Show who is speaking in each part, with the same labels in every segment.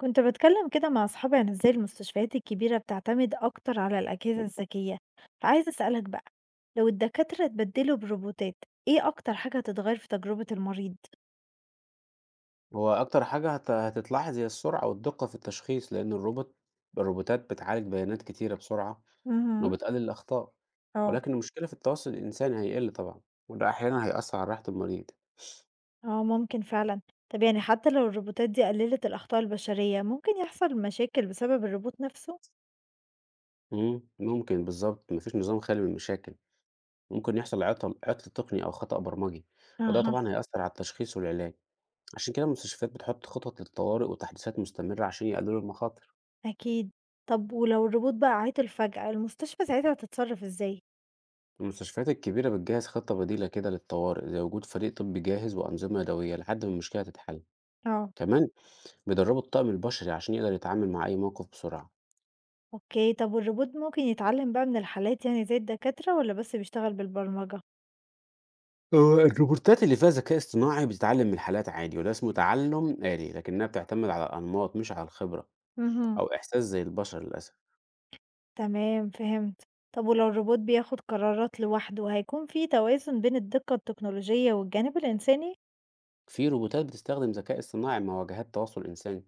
Speaker 1: كنت بتكلم كده مع أصحابي عن ازاي المستشفيات الكبيرة بتعتمد أكتر على الأجهزة الذكية، فعايزة أسألك بقى، لو الدكاترة اتبدلوا بروبوتات ايه أكتر حاجة هتتغير في تجربة المريض؟
Speaker 2: هو أكتر حاجة هتتلاحظ هي السرعة والدقة في التشخيص، لأن الروبوتات بتعالج بيانات كتيرة بسرعة
Speaker 1: مهم.
Speaker 2: وبتقلل الأخطاء،
Speaker 1: اه،
Speaker 2: ولكن المشكلة في التواصل الإنساني هيقل طبعًا، وده أحيانًا هيأثر على راحة المريض.
Speaker 1: اه ممكن فعلا. طب يعني حتى لو الروبوتات دي قللت الأخطاء البشرية ممكن يحصل مشاكل بسبب الروبوت نفسه؟
Speaker 2: ممكن بالضبط، ما فيش نظام خالي من المشاكل، ممكن يحصل عطل تقني أو خطأ برمجي، وده
Speaker 1: اها.
Speaker 2: طبعًا هيأثر على التشخيص والعلاج، عشان كده المستشفيات بتحط خطط للطوارئ وتحديثات مستمرة عشان يقللوا المخاطر.
Speaker 1: أكيد. طب ولو الروبوت بقى عطل فجأة المستشفى ساعتها هتتصرف ازاي؟
Speaker 2: المستشفيات الكبيرة بتجهز خطة بديلة كده للطوارئ زي وجود فريق طبي جاهز وأنظمة يدوية لحد ما المشكلة تتحل.
Speaker 1: اه.
Speaker 2: كمان بيدربوا الطاقم البشري عشان يقدر يتعامل مع أي موقف بسرعة.
Speaker 1: اوكي، طب والروبوت ممكن يتعلم بقى من الحالات يعني زي الدكاترة ولا بس بيشتغل بالبرمجة؟
Speaker 2: هو الروبوتات اللي فيها ذكاء اصطناعي بتتعلم من الحالات عادي وده اسمه تعلم آلي، لكنها بتعتمد على الأنماط مش على الخبرة
Speaker 1: اهم.
Speaker 2: أو إحساس زي البشر للأسف.
Speaker 1: تمام فهمت. طب ولو الروبوت بياخد قرارات لوحده هيكون في توازن بين الدقة التكنولوجية والجانب الإنساني؟
Speaker 2: في روبوتات بتستخدم ذكاء اصطناعي مع واجهات تواصل إنساني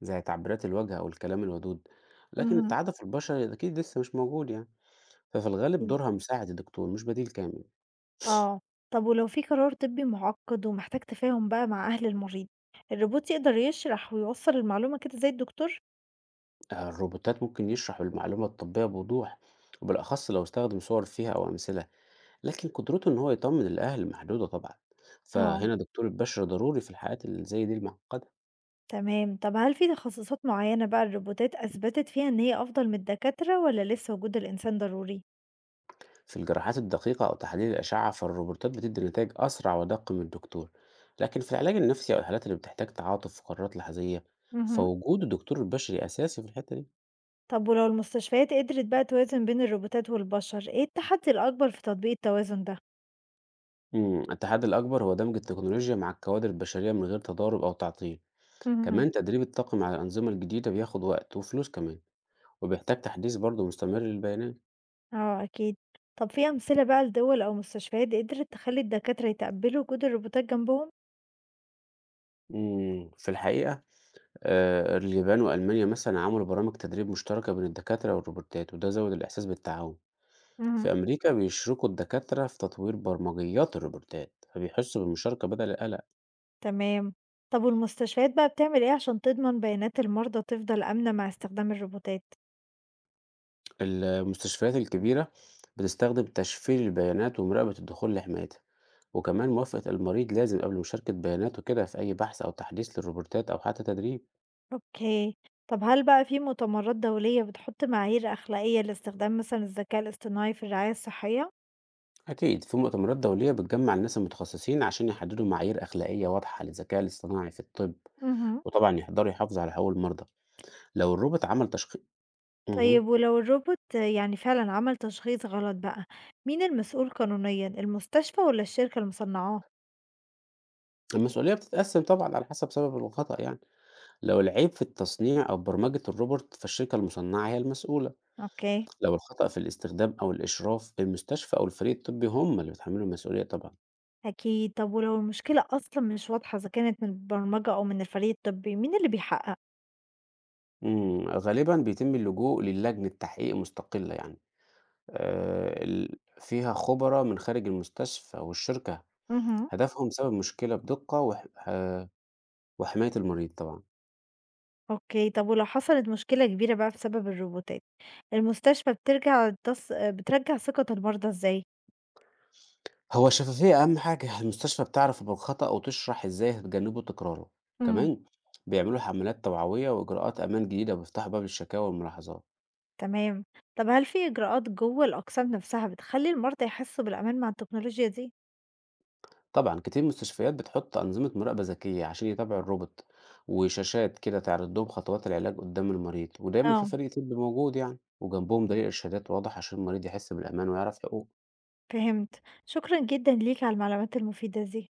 Speaker 2: زي تعبيرات الوجه أو الكلام الودود، لكن
Speaker 1: مهم.
Speaker 2: التعاطف البشري أكيد لسه مش موجود يعني، ففي الغالب
Speaker 1: أكيد.
Speaker 2: دورها مساعد الدكتور مش بديل كامل.
Speaker 1: آه، طب ولو في قرار طبي معقد ومحتاج تفاهم بقى مع أهل المريض، الروبوت يقدر يشرح ويوصل المعلومة كده زي الدكتور؟
Speaker 2: آه، الروبوتات ممكن يشرح المعلومة الطبية بوضوح، وبالأخص لو استخدم صور فيها أو أمثلة، لكن قدرته إن هو يطمن الأهل محدودة طبعا،
Speaker 1: آه،
Speaker 2: فهنا دكتور البشر ضروري في الحالات اللي زي دي المعقدة.
Speaker 1: تمام. طب هل في تخصصات معينة بقى الروبوتات أثبتت فيها إن هي أفضل من الدكاترة ولا لسه وجود الإنسان ضروري؟
Speaker 2: في الجراحات الدقيقة أو تحاليل الأشعة فالروبوتات بتدي نتائج أسرع ودق من الدكتور، لكن في العلاج النفسي أو الحالات اللي بتحتاج تعاطف وقرارات لحظية
Speaker 1: مهم.
Speaker 2: فوجود الدكتور البشري أساسي في الحتة دي.
Speaker 1: طب ولو المستشفيات قدرت بقى توازن بين الروبوتات والبشر ايه التحدي الأكبر في تطبيق التوازن ده؟
Speaker 2: التحدي الأكبر هو دمج التكنولوجيا مع الكوادر البشرية من غير تضارب أو تعطيل.
Speaker 1: مهم.
Speaker 2: كمان تدريب الطاقم على الأنظمة الجديدة بياخد وقت وفلوس كمان، وبيحتاج تحديث برضه مستمر للبيانات.
Speaker 1: اه أكيد. طب في أمثلة بقى لدول أو مستشفيات قدرت تخلي الدكاترة يتقبلوا وجود الروبوتات جنبهم؟
Speaker 2: في الحقيقة اليابان وألمانيا مثلا عملوا برامج تدريب مشتركة بين الدكاترة والروبوتات وده زود الإحساس بالتعاون.
Speaker 1: مهم.
Speaker 2: في أمريكا بيشركوا الدكاترة في تطوير برمجيات الروبوتات فبيحسوا بالمشاركة بدل القلق.
Speaker 1: تمام. طب والمستشفيات بقى بتعمل ايه عشان تضمن بيانات المرضى تفضل آمنة مع استخدام الروبوتات؟
Speaker 2: المستشفيات الكبيرة بتستخدم تشفير البيانات ومراقبة الدخول لحمايتها، وكمان موافقة المريض لازم قبل مشاركة بياناته كده في أي بحث أو تحديث للروبوتات أو حتى تدريب.
Speaker 1: اوكي. طب هل بقى في مؤتمرات دولية بتحط معايير أخلاقية لاستخدام مثلا الذكاء الاصطناعي في الرعاية الصحية؟
Speaker 2: أكيد في مؤتمرات دولية بتجمع الناس المتخصصين عشان يحددوا معايير أخلاقية واضحة للذكاء الاصطناعي في الطب،
Speaker 1: مهم.
Speaker 2: وطبعا يقدروا يحافظوا على حقوق المرضى لو الروبوت عمل تشخيص مه.
Speaker 1: طيب ولو الروبوت يعني فعلا عمل تشخيص غلط بقى، مين المسؤول قانونيا، المستشفى ولا الشركة اللي مصنعاه؟
Speaker 2: المسؤولية بتتقسم طبعا على حسب سبب الخطأ يعني، لو العيب في التصنيع أو برمجة الروبوت فالشركة المصنعة هي المسؤولة.
Speaker 1: اوكي.
Speaker 2: لو الخطأ في الاستخدام أو الإشراف المستشفى أو الفريق الطبي هم اللي بيتحملوا المسؤولية طبعا.
Speaker 1: اكيد. طب ولو المشكلة اصلا مش واضحة اذا كانت من البرمجة او من الفريق الطبي مين اللي بيحقق؟
Speaker 2: غالبا بيتم اللجوء للجنة تحقيق مستقلة يعني، فيها خبراء من خارج المستشفى والشركة.
Speaker 1: امم.
Speaker 2: هدفهم سبب مشكلة بدقة وح وحماية المريض طبعًا.
Speaker 1: اوكي، طب ولو حصلت مشكلة كبيرة بقى بسبب الروبوتات المستشفى بترجع ثقة المرضى ازاي؟
Speaker 2: هو الشفافية أهم حاجة، المستشفى بتعرف بالخطأ وتشرح إزاي هتجنبه تكراره.
Speaker 1: امم.
Speaker 2: كمان بيعملوا حملات توعوية وإجراءات أمان جديدة وبيفتحوا باب للشكاوى والملاحظات.
Speaker 1: تمام. طب هل في اجراءات جوه الاقسام نفسها بتخلي المرضى يحسوا بالامان مع التكنولوجيا دي؟
Speaker 2: طبعًا كتير من المستشفيات بتحط أنظمة مراقبة ذكية عشان يتابعوا الروبوت، وشاشات كده تعرض لهم خطوات العلاج قدام المريض، ودايمًا في
Speaker 1: اه،
Speaker 2: فريق طبي موجود يعني، وجنبهم دليل إرشادات واضح عشان المريض يحس بالأمان ويعرف حقوقه.
Speaker 1: فهمت. شكرًا جدًا ليك على المعلومات المفيدة دي.